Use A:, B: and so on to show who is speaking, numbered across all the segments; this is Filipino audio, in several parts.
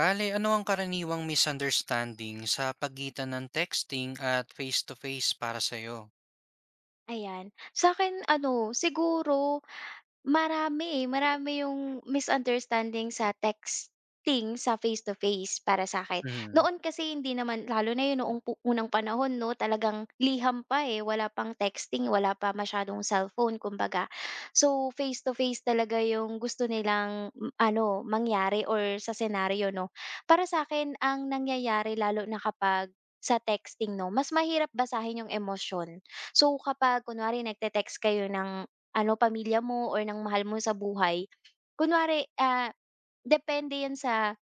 A: Bale, ano ang karaniwang misunderstanding sa pagitan ng texting at face-to-face para sa'yo?
B: Ayan. Sa akin ano, siguro marami, eh, marami yung misunderstanding sa texting sa face to face para sa akin.
A: Mhm,
B: Noon kasi hindi naman lalo na yun noong unang panahon, 'no, talagang liham pa, eh, wala pang texting, wala pa masyadong cellphone kumbaga. So, face to face talaga yung gusto nilang ano, mangyari or sa senaryo, 'no. Para sa akin ang nangyayari lalo na kapag sa texting, 'no, mas mahirap basahin yung emosyon. So, kapag kunwari nagte-text kayo ng ano, pamilya mo or ng mahal mo sa buhay. Kunwari, depende 'yan sa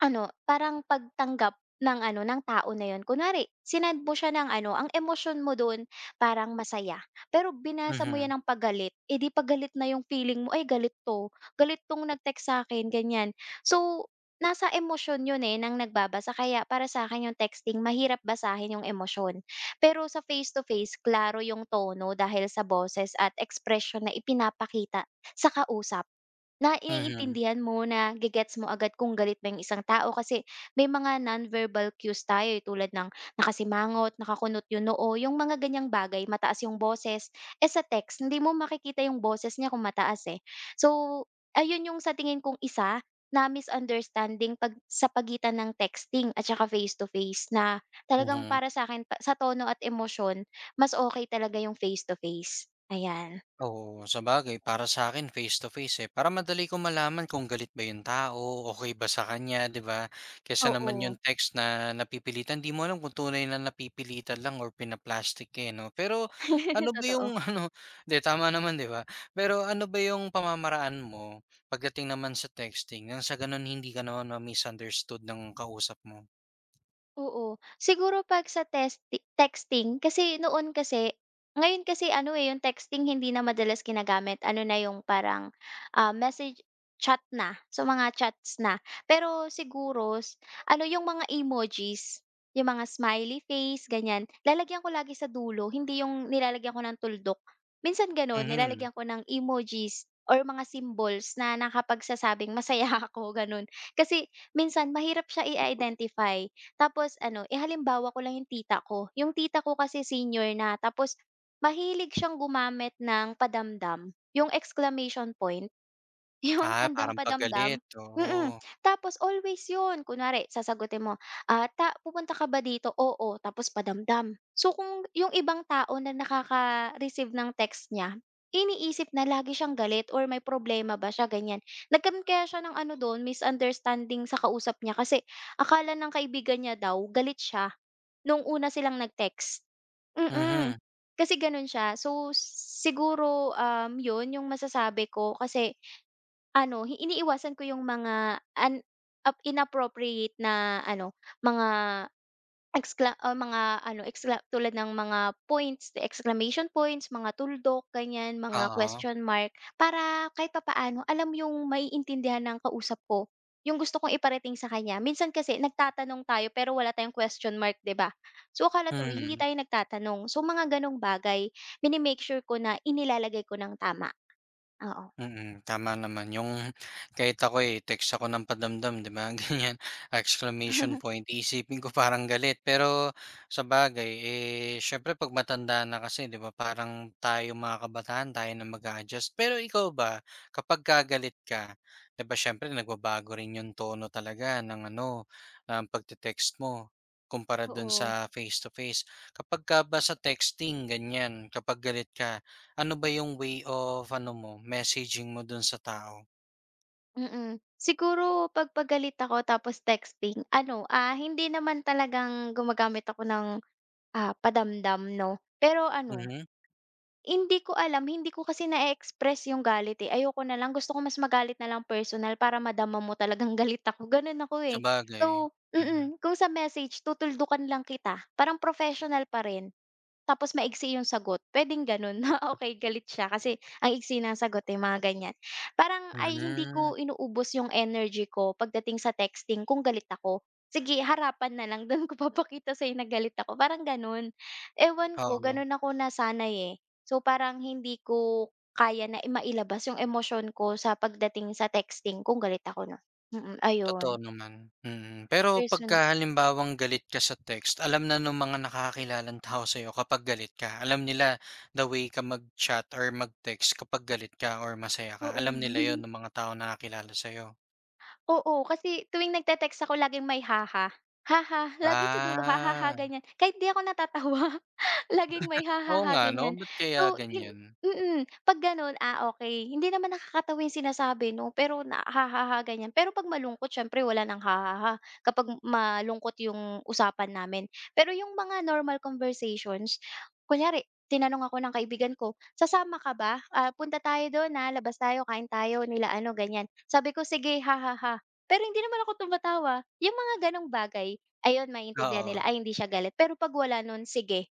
B: ano, parang pagtanggap ng ano, ng tao na yun. Kunwari, sinend mo siya ng ano, ang emosyon mo dun parang masaya. Pero binasa mo
A: mhm,
B: yan ng pagalit, eh di pagalit na yung feeling mo, "Ay galit 'to, galit 'tong nag-text sa'kin," ganyan. So, nasa emosyon yun, eh, ng nagbabasa kaya para sa'kin yung texting mahirap basahin yung emosyon. Pero sa face to face, klaro yung tono dahil sa boses at expression na ipinapakita sa kausap. Na
A: mhm,
B: naiintindihan mo, na gigets mo agad kung galit ba yung isang tao kasi may mga nonverbal cues tayo, eh, tulad ng nakasimangot, nakakunot yung noo, yung mga ganyang bagay, mataas yung boses. Eh, sa text hindi mo makikita yung boses niya kung mataas, eh. So, ayun yung sa tingin kong isa na misunderstanding 'pag sa pagitan ng texting at saka face to face na talagang
A: mhm.
B: para sa'kin pa sa tono at emosyon, mas okay talaga yung face to face, ayan.
A: Oo, sabagay para sa akin face to face, eh, para madali ko malaman kung galit ba yung tao, okey ba sa kanya, 'di ba? Kesa naman yung
B: Oo,
A: text na napipilitan, 'di mo alam kung tunay na napipilitan lang or pina eh, 'no? Pero ano ba yung
B: totoo.
A: ano 'di, tama naman, 'di ba? Pero ano ba yung pamamaraan mo pagdating naman sa texting nang sa gano'n hindi ka naman ma-misunderstood ng kausap mo?
B: Oo. Siguro 'pag sa texting kasi noon kasi ngayon kasi ano, eh, yung texting hindi na madalas ginagamit. Ano na yung parang, message chat na. So, mga chats na. Pero siguro ano yung mga emojis, yung mga smiley face, ganyan. Lalagyan ko lagi sa dulo, hindi yung nilalagyan ko ng tuldok. Minsan gano'n,
A: Mhm.
B: nilalagyan ko ng emojis or mga symbols na nakapagsasabing masaya ako, gano'n. Kasi minsan mahirap siya i-identify. Tapos ano, eh, halimbawa ko lang yung tita ko. Yung tita ko kasi senior na tapos mahilig siyang gumamit ng padamdam, yung exclamation point, yung
A: Ah,
B: tandang
A: parang
B: padamdam,
A: paggalit,
B: mm.
A: oo.
B: Tapos always yun, kunwari sasagutin mo, ah, ta "Pupunta ka ba dito?" "Oo." Tapos padamdam. So kung yung ibang tao na nakaka-receive ng text niya, iniisip na lagi siyang galit or may problema ba siya, ganyan. Nagkaroon kaya siya ng ano dun, misunderstanding sa kausap niya kasi akala ng kaibigan niya daw galit siya nung una silang nag-text, mm.
A: Mhm,
B: Kasi gano'n siya. So siguro, 'yun yung masasabi ko kasi ano, iniiwasan ko yung mga an ap inappropriate na ano, mga excla o mga ano, excla tulad ng mga points, the exclamation points, mga tuldok, ganyan, mga
A: oo.
B: question mark. Para kahit papaano alam yung maiintindihan ng kausap ko, yung gusto kong iparating sa kanya. Minsan kasi nagtatanong tayo pero wala tayong question mark, 'di ba? So, akala tuloy hindi
A: Mhm.
B: tayo nagtatanong. So, mga gano'ng bagay, mini-make sure ko na inilalagay ko ng tama, oo.
A: Mm, tama naman yung kahit ako, eh, text ako ng padamdam 'di ba, ganyan, exclamation point, iisipin ko parang galit. Pero sa bagay eh, siyempre 'pag matanda na kasi 'di ba parang tayo mga kabataan tayo na mag adjust. Pero ikaw ba, kapag galit ka, 'di ba siyempre nagbabago rin yung tono talaga ng ano, ng pagte-text mo kumpara dun
B: Oo.
A: sa face to face. Kapagka ba sa texting ganyan, kapag galit ka ano ba yung way of ano mo, messaging mo dun sa tao?
B: Mm. Siguro 'pag pagalit ako tapos texting ano, hindi naman talagang gumagamit ako ng, padamdam 'no. Pero ano,
A: Mhm,
B: hindi ko alam, hindi ko kasi na express yung galit, eh. Ayoko na lang, gusto ko mas magalit na lang personal para madama mo talagang galit ako, gano'n ako, eh. So
A: sabagay, mm.
B: mm, kung sa message tutuldukan lang kita, parang professional pa rin. Tapos maiksi yung sagot, puwedeng gano'n na okey galit siya kasi ang iksi ng sagot, eh, mga ganyan. Parang ay hindi
A: Hmm,
B: ko inuubos yung energy ko pagdating sa texting kung galit ako. Sige harapan na lang do'n ko papakita sa'yo na galit ako, parang gano'n. Ewan ko
A: oo,
B: gano'n ako nasanay, eh. So parang hindi ko kaya na mailabas yung emosyon ko sa pagdating sa texting kung galit ako na. Mm, mm, ayun.
A: totoo naman, mm. Pero pagka
B: Persona
A: halimbawang galit ka sa text, alam na nung mga nakakakilalang tao sa'yo kapag galit ka. Alam nila the way ka mag-chat or mag-text kapag galit ka or masaya ka,
B: oo.
A: alam nila yun ng mga tao na nakakilala sa'yo.
B: Oo, kasi tuwing nagte-text ako laging may haha. Haha, lagi sa dulo
A: Ah,
B: hahaha ganyan. Kahit di ako natatawa, laging may
A: oo
B: hahaha
A: nga 'no,
B: ganyan.
A: ba't kaya
B: So yun
A: ganyan?
B: mm, 'pag gano'n, ah, okey. Hindi naman nakakatawa yung sinasabi 'no, pero na hahaha ganyan. Pero 'pag malungkot siyempre wala ng hahaha kapag malungkot yung usapan namin. Pero yung mga normal conversations, kunyari tinanong ako ng kaibigan ko, "Sasama ka ba? Ah, punta tayo dun, ah, labas tayo, kain tayo nila ano," ganyan. Sabi ko, "Sige, hahaha." Pero hindi naman ako tumatawa, yung mga gano'ng bagay, ayun maintindihan
A: Oo,
B: nila, ay hindi siya galit, pero 'pag wala nun, sige,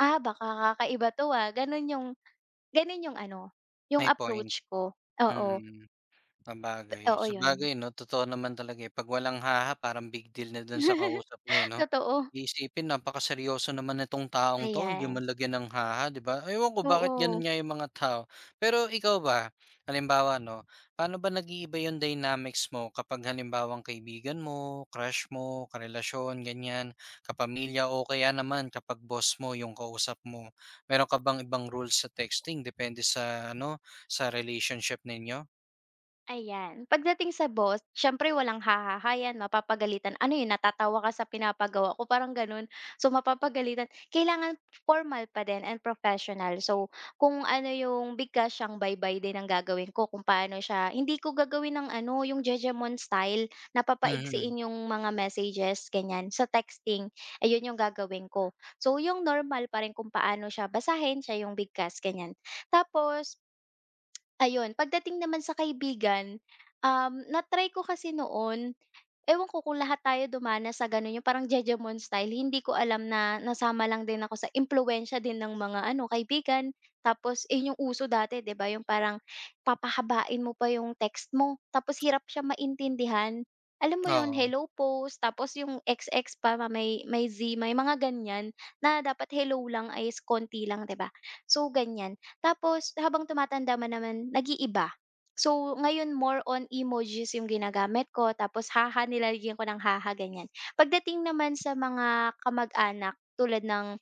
B: ah, baka kakaiba 'to, ah, gano'n yung gano'n yung ano, yung
A: may point,
B: approach ko, oo,
A: mm. Sabagay,
B: oo 'yun.
A: sabagay 'no, totoo naman talaga, eh, 'pag walang haha parang big deal na dun sa kausap mo, eh, 'no?
B: Totoo,
A: Iisipin napakaseryoso naman nitong taong 'to, hindi
B: ayan,
A: man lagyan ng haha, 'di ba? Ewan ko bakit ganun
B: oo.
A: nga yung mga tao. Pero ikaw ba, halimbawa 'no, paano ba nag-iiba yung dynamics mo kapag halimbawang kaibigan mo, crush mo, karelasyon, ganyan, kapamilya o kaya naman kapag boss mo yung kausap mo? Meron ka bang ibang rules sa texting depende sa ano, sa relationship ninyo?
B: Ayan. Pagdating sa boss, siyempre walang hahaha yan, mapapagalitan. Ano yun, natatawa ka sa pinapagawa ko, parang ganun. So, mapapagalitan. Kailangan formal pa din and professional. So, kung ano yung bigkas siyang bye-bye din ang gagawin ko, kung paano siya, hindi ko gagawin ng ano, yung Jejemon style,
A: Mhm.
B: napapaigsiin yung mga messages, ganyan, sa texting. Ayun yung gagawin ko. So, yung normal pa rin kung paano siya basahin, siya yung bigkas, ganyan. Tapos, ayun, pagdating naman sa kaibigan, natry ko kasi noon ewan ko kung lahat tayo dumanas sa gano'n, yung parang Jejemon style. Hindi ko alam na nasama lang din ako sa impluwensiya din ng mga ano, kaibigan. Tapos eh yung uso dati, 'di ba, yung parang papahabain mo pa yung text mo, tapos hirap siya maintindihan. Alam mo yun,
A: Oo,
B: hello post, tapos yung XX pa, may Z, may mga ganyan na dapat hello lang ay konti lang, 'di ba? So, ganyan. Tapos habang tumatanda man naman nag-iiba. So, ngayon more on emojis yung ginagamit ko tapos haha, nilalagyan ko ng haha, ganyan. Pagdating naman sa mga kamag-anak tulad ng,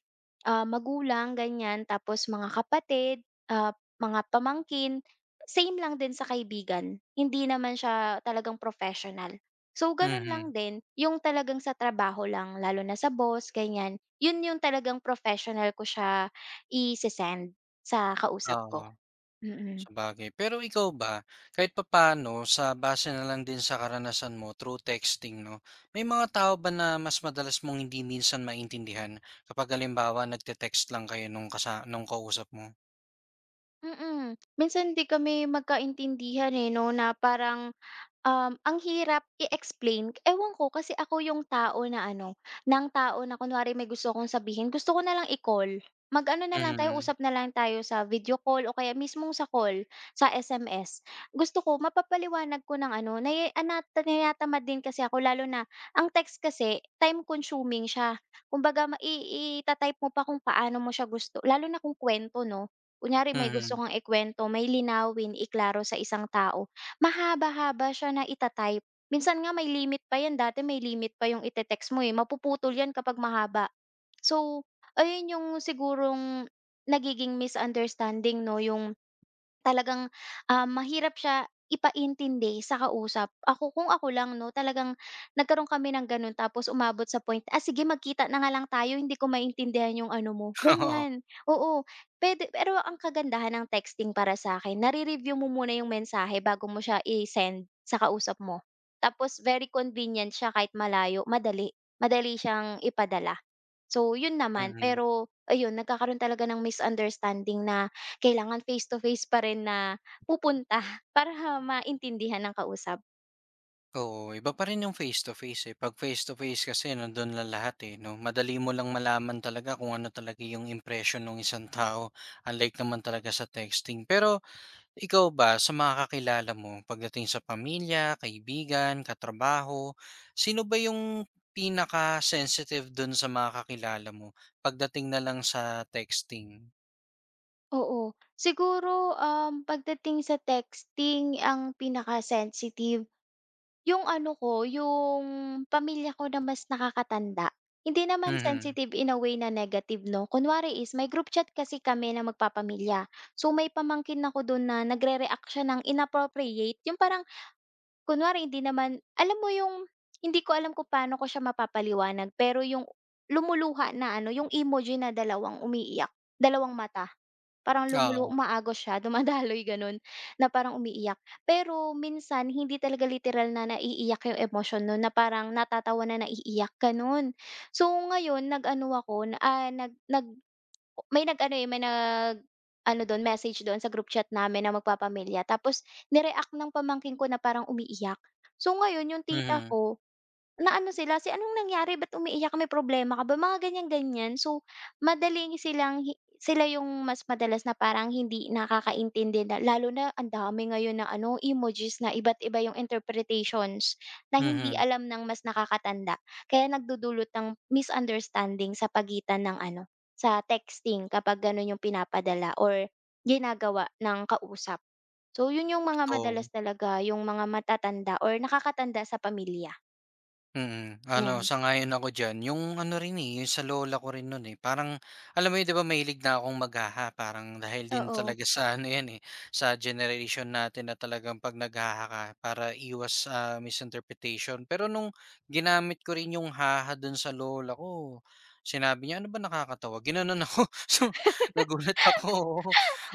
B: magulang, ganyan, tapos mga kapatid, ah, mga pamangkin, same lang din sa kaibigan. Hindi naman siya talagang professional. So, gano'n
A: mhm,
B: lang din yung talagang sa trabaho lang lalo na sa boss, ganyan. Yun yung talagang professional ko siya ise-send sa kausap ko,
A: oo,
B: mm. Mm.
A: sabagay. Pero ikaw ba, kahit papaano sa base na lang din sa karanasan mo through texting 'no, may mga tao ba na mas madalas mong hindi minsan maintindihan kapag halimbawa nagte-text lang kayo nung kausap mo?
B: Mm. Minsan 'di kami magkaintindihan, eh, 'no, na parang, ang hirap i-explain, ewan ko kasi ako yung tao na ano, ng tao na kunwari may gusto akong sabihin, gusto ko na lang i-call. Mag-ano na lang tayo,
A: Mhm,
B: usap na lang tayo sa video call o kaya mismong sa call, sa SMS. Gusto ko mapapaliwanag ko ng ano, naya ana tinatamad din kasi ako lalo na ang text kasi time consuming siya. Kumbaga ma i ita-type mo pa kung paano mo siya gusto, lalo na kung kuwento 'no. Kunyari may gusto
A: mhm,
B: kang ikuwento, may linawin, iklaro sa isang tao mahaba-haba siya na ita-type. Minsan nga may limit pa 'yan, dati may limit pa 'yung ite-text mo, eh, mapuputol 'yan kapag mahaba. So, ayun 'yung sigurong nagiging misunderstanding 'no, 'yung talagang, mahirap siya ipaintindi sa kausap. Ako kung ako lang 'no, talagang nagkaroon kami ng gano'n tapos umabot sa point, "Ah, sige magkita na nga lang tayo hindi ko maintindihan yung ano mo,"
A: oo,
B: ganyan. Oo, puwede pero ang kagandahan ng texting para sa akin. Nare-review mo muna yung mensahe bago mo siya i-send sa kausap mo. Tapos very convenient siya kahit malayo, madali madali siyang ipadala. So, yun naman
A: mhm.
B: pero ayun nagkakaroon talaga ng misunderstanding na kailangan face to face pa rin na pupunta para maintindihan ng kausap.
A: Oo, iba pa rin yung face to face, eh. 'Pag face to face kasi nandun na lahat, eh, 'no. Madali mo lang malaman talaga kung ano talaga yung impression ng isang tao, unlike naman talaga sa texting. Pero ikaw ba, sa mga kakilala mo pagdating sa pamilya, kaibigan, katrabaho, sino ba yung pinaka-sensitive dun sa mga kakilala mo pagdating na lang sa texting?
B: Oo, siguro, pagdating sa texting ang pinaka-sensitive yung ano ko, yung pamilya ko na mas nakakatanda. Hindi naman
A: Mhm,
B: sensitive in a way na negative 'no, kunwari is may group chat kasi kami na magpapamilya. So, may pamangkin ako dun na nagre-react siya ng inappropriate yung parang kunwari hindi naman alam mo yung hindi ko alam kung paano ko siya mapapaliwanag pero yung lumuluha na ano, yung emoji na dalawang umiiyak, dalawang mata, parang
A: oo.
B: umaagos siya, dumadaloy gano'n, na parang umiiyak. Pero minsan hindi talaga literal na naiiyak yung emosyon nun na parang natatawa na naiiyak, gano'n. So ngayon nag-ano ako, na, ah, nag nag may nag-ano, eh, may nag ano don message don sa group chat namin na magpapamilya tapos ni-react ng pamangkin ko na parang umiiyak. So, ngayon yung tita
A: Mhm,
B: ko naano sila, "Si anong nangyari ba't umiiyak ka, may problema ka ba?" Mga ganyan-ganyan. So, madaling silang hi sila yung mas madalas na parang hindi nakakaintindi na lalo na ang dami ngayon ng ano, emojis na iba't iba yung interpretations na hindi
A: mhm,
B: alam ng mas nakakatanda. Kaya nagdudulot ng misunderstanding sa pagitan ng ano, sa texting kapag gano'n yung pinapadala or ginagawa ng kausap. So, yun yung mga
A: totoo.
B: madalas talaga yung mga matatanda or nakakatanda sa pamilya,
A: Mm, ano
B: yan.
A: sang-ayon ako diyan. Yung ano rin, eh, yung sa lola ko rin no'n, eh, parang alam mo 'yun 'di ba mahilig na akong maghaha parang dahil din
B: Oo,
A: talaga sa ano 'yan, eh, sa generation natin na talagang 'pag naghaha ka para iwas sa misinterpretation. Pero nung ginamit ko rin yung haha do'n sa lola ko, sinabi niya, "Ano ba nakakatawa?" Ginanon ako. So, nagulat ako, oo.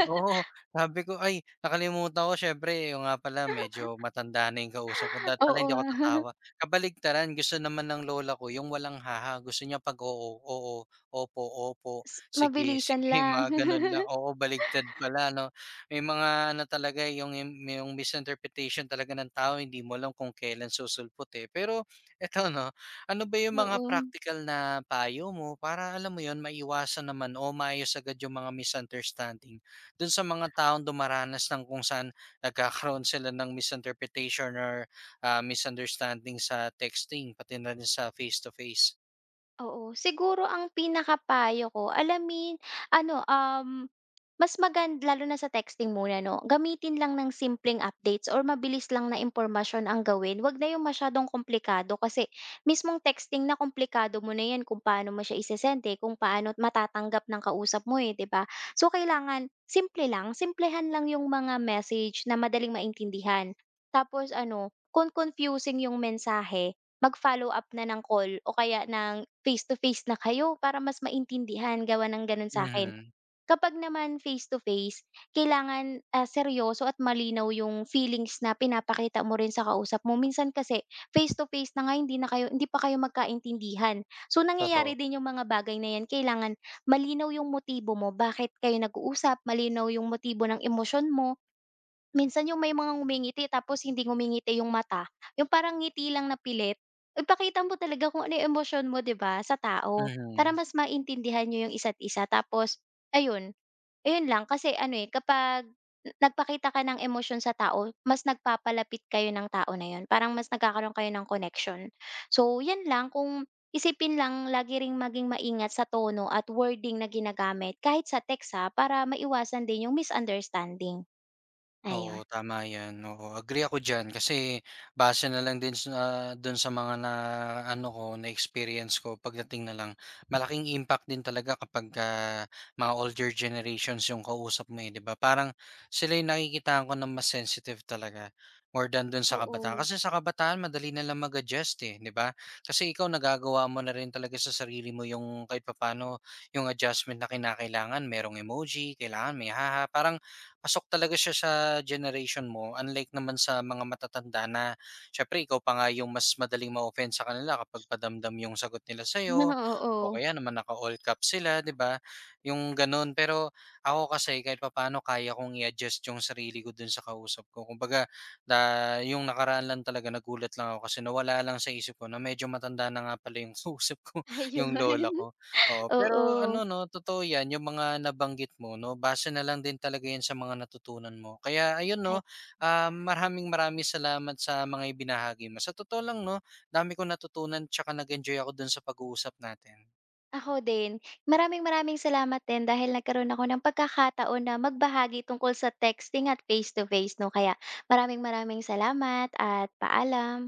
A: Oo, sabi ko, "Ay nakalimutan ko syempre yung nga pala medyo matanda na yung kausap ko, dapat pala
B: oo.
A: hindi ako tatawa." Kabaligtaran gusto naman ng lola ko yung walang haha, gusto niya 'pag oo, oo, opo, opo, sige,
B: Mabilisan
A: sige,
B: lang.
A: mga gano'n lang. Oo, baligtad pala 'no. May mga ano talaga eh, yung misinterpretation talaga ng tao hindi mo alam kung kailan susulpot, eh. Pero eto 'no, ano ba yung mga
B: Oo.
A: practical na payo mo para alam mo yon maiwasan naman o maayos agad yung mga misunderstanding dun sa mga taong dumaranas ng kung saan nagkakaroon sila ng misinterpretation or misunderstanding sa texting pati na rin sa face to face.
B: Oo, siguro ang pinakapayo ko alamin ano, mas magan lalo na sa texting muna 'no, gamitin lang ng simpleng updates or mabilis lang na impormasyon ang gawin, 'wag na yung masyadong komplikado kasi mismong texting na komplikado mo na 'yan kung paano mo siya eh, kung paano matatanggap ng kausap mo, eh, 'di ba? So, kailangan simple lang, simplehan lang yung mga message na madaling maintindihan. Tapos ano, kung confusing yung mensahe mag-follow-up na ng call o kaya ng face-to-face na kayo para mas maintindihan, gawa ng gano'n akin
A: Mhm,
B: kapag naman face-to-face, kailangan, seryoso at malinaw yung feelings na pinapakita mo rin sa kausap mo. Minsan kasi face-to-face na nga hindi pa kayo magkaintindihan. So,
A: totoo.
B: nangyayari din yung mga bagay na 'yan, kailangan malinaw yung motibo mo, bakit kayo nag-uusap, malinaw yung motibo ng emosyon mo, minsan yung may mga ngumingiti tapos hindi ngumingiti yung mata, yung parang ngiti lang na pilit. Ipakita mo talaga kung ano yung emosyon mo 'di ba, sa tao para
A: Mhm.
B: mas maintindihan niyo yung isa't isa tapos ayun, ayun lang kasi ano, eh, kapag nagpakita ka ng emosyon sa tao, mas nagpapalapit kayo ng tao na yun, parang mas nagkakaroon kayo ng connection. So, 'yan lang kung isipin lang lagi ring maging maingat sa tono at wording na ginagamit kahit sa text, ha, para maiwasan din yung misunderstanding, ayun.
A: Oo, tama 'yan, oo. Agree ako diyan kasi base na lang din sa do'n sa mga na ano ko, na-experience ko pagdating na lang, malaking impact din talaga kapagka mga older generations yung kausap mo, eh, 'di ba? Parang sila yung nakikitaan ko na mas sensitive talaga more than do'n sa kabataan.
B: Oo.
A: Kasi sa kabataan madali na lang mag-adjust, eh, 'di ba? Kasi ikaw nagagawa mo na rin talaga sa sarili mo yung kahit papano yung adjustment na kinakailangan. Merong emoji, kailangan may haha, parang pasok talaga siya sa generation mo unlike naman sa mga matatanda na siyempre ikaw pa nga yung mas madaling ma-offend sa kanila kapag padamdam yung sagot nila sa'yo o
B: Oo.
A: kaya naman naka-all caps sila, di ba? Yung ganun. Pero ako kasi kahit papaano kaya kong i-adjust yung sarili ko dun sa kausap ko. Kumbaga, yung nakaraan lang talaga nagulat lang ako kasi nawala lang sa isip ko na medyo matanda na nga pala yung kausap ko, yung
B: Ayun.
A: lola ko. Oo, pero ano
B: Oo.
A: 'no, totoo 'yan yung mga nabanggit mo 'no, base na lang din talaga 'yan sa mga natutunan mo. Kaya ayun
B: Ay,
A: 'no, maraming maraming salamat sa mga ibinahagi mo. Sa totoo lang 'no, dami kong natutunan 'tsaka nag-enjoy ako dun sa pag-uusap natin.
B: ako din. Maraming-maraming salamat din dahil nagkaroon ako ng pagkakataon na magbahagi tungkol sa texting at face to face 'no. Kaya maraming-maraming salamat at paalam.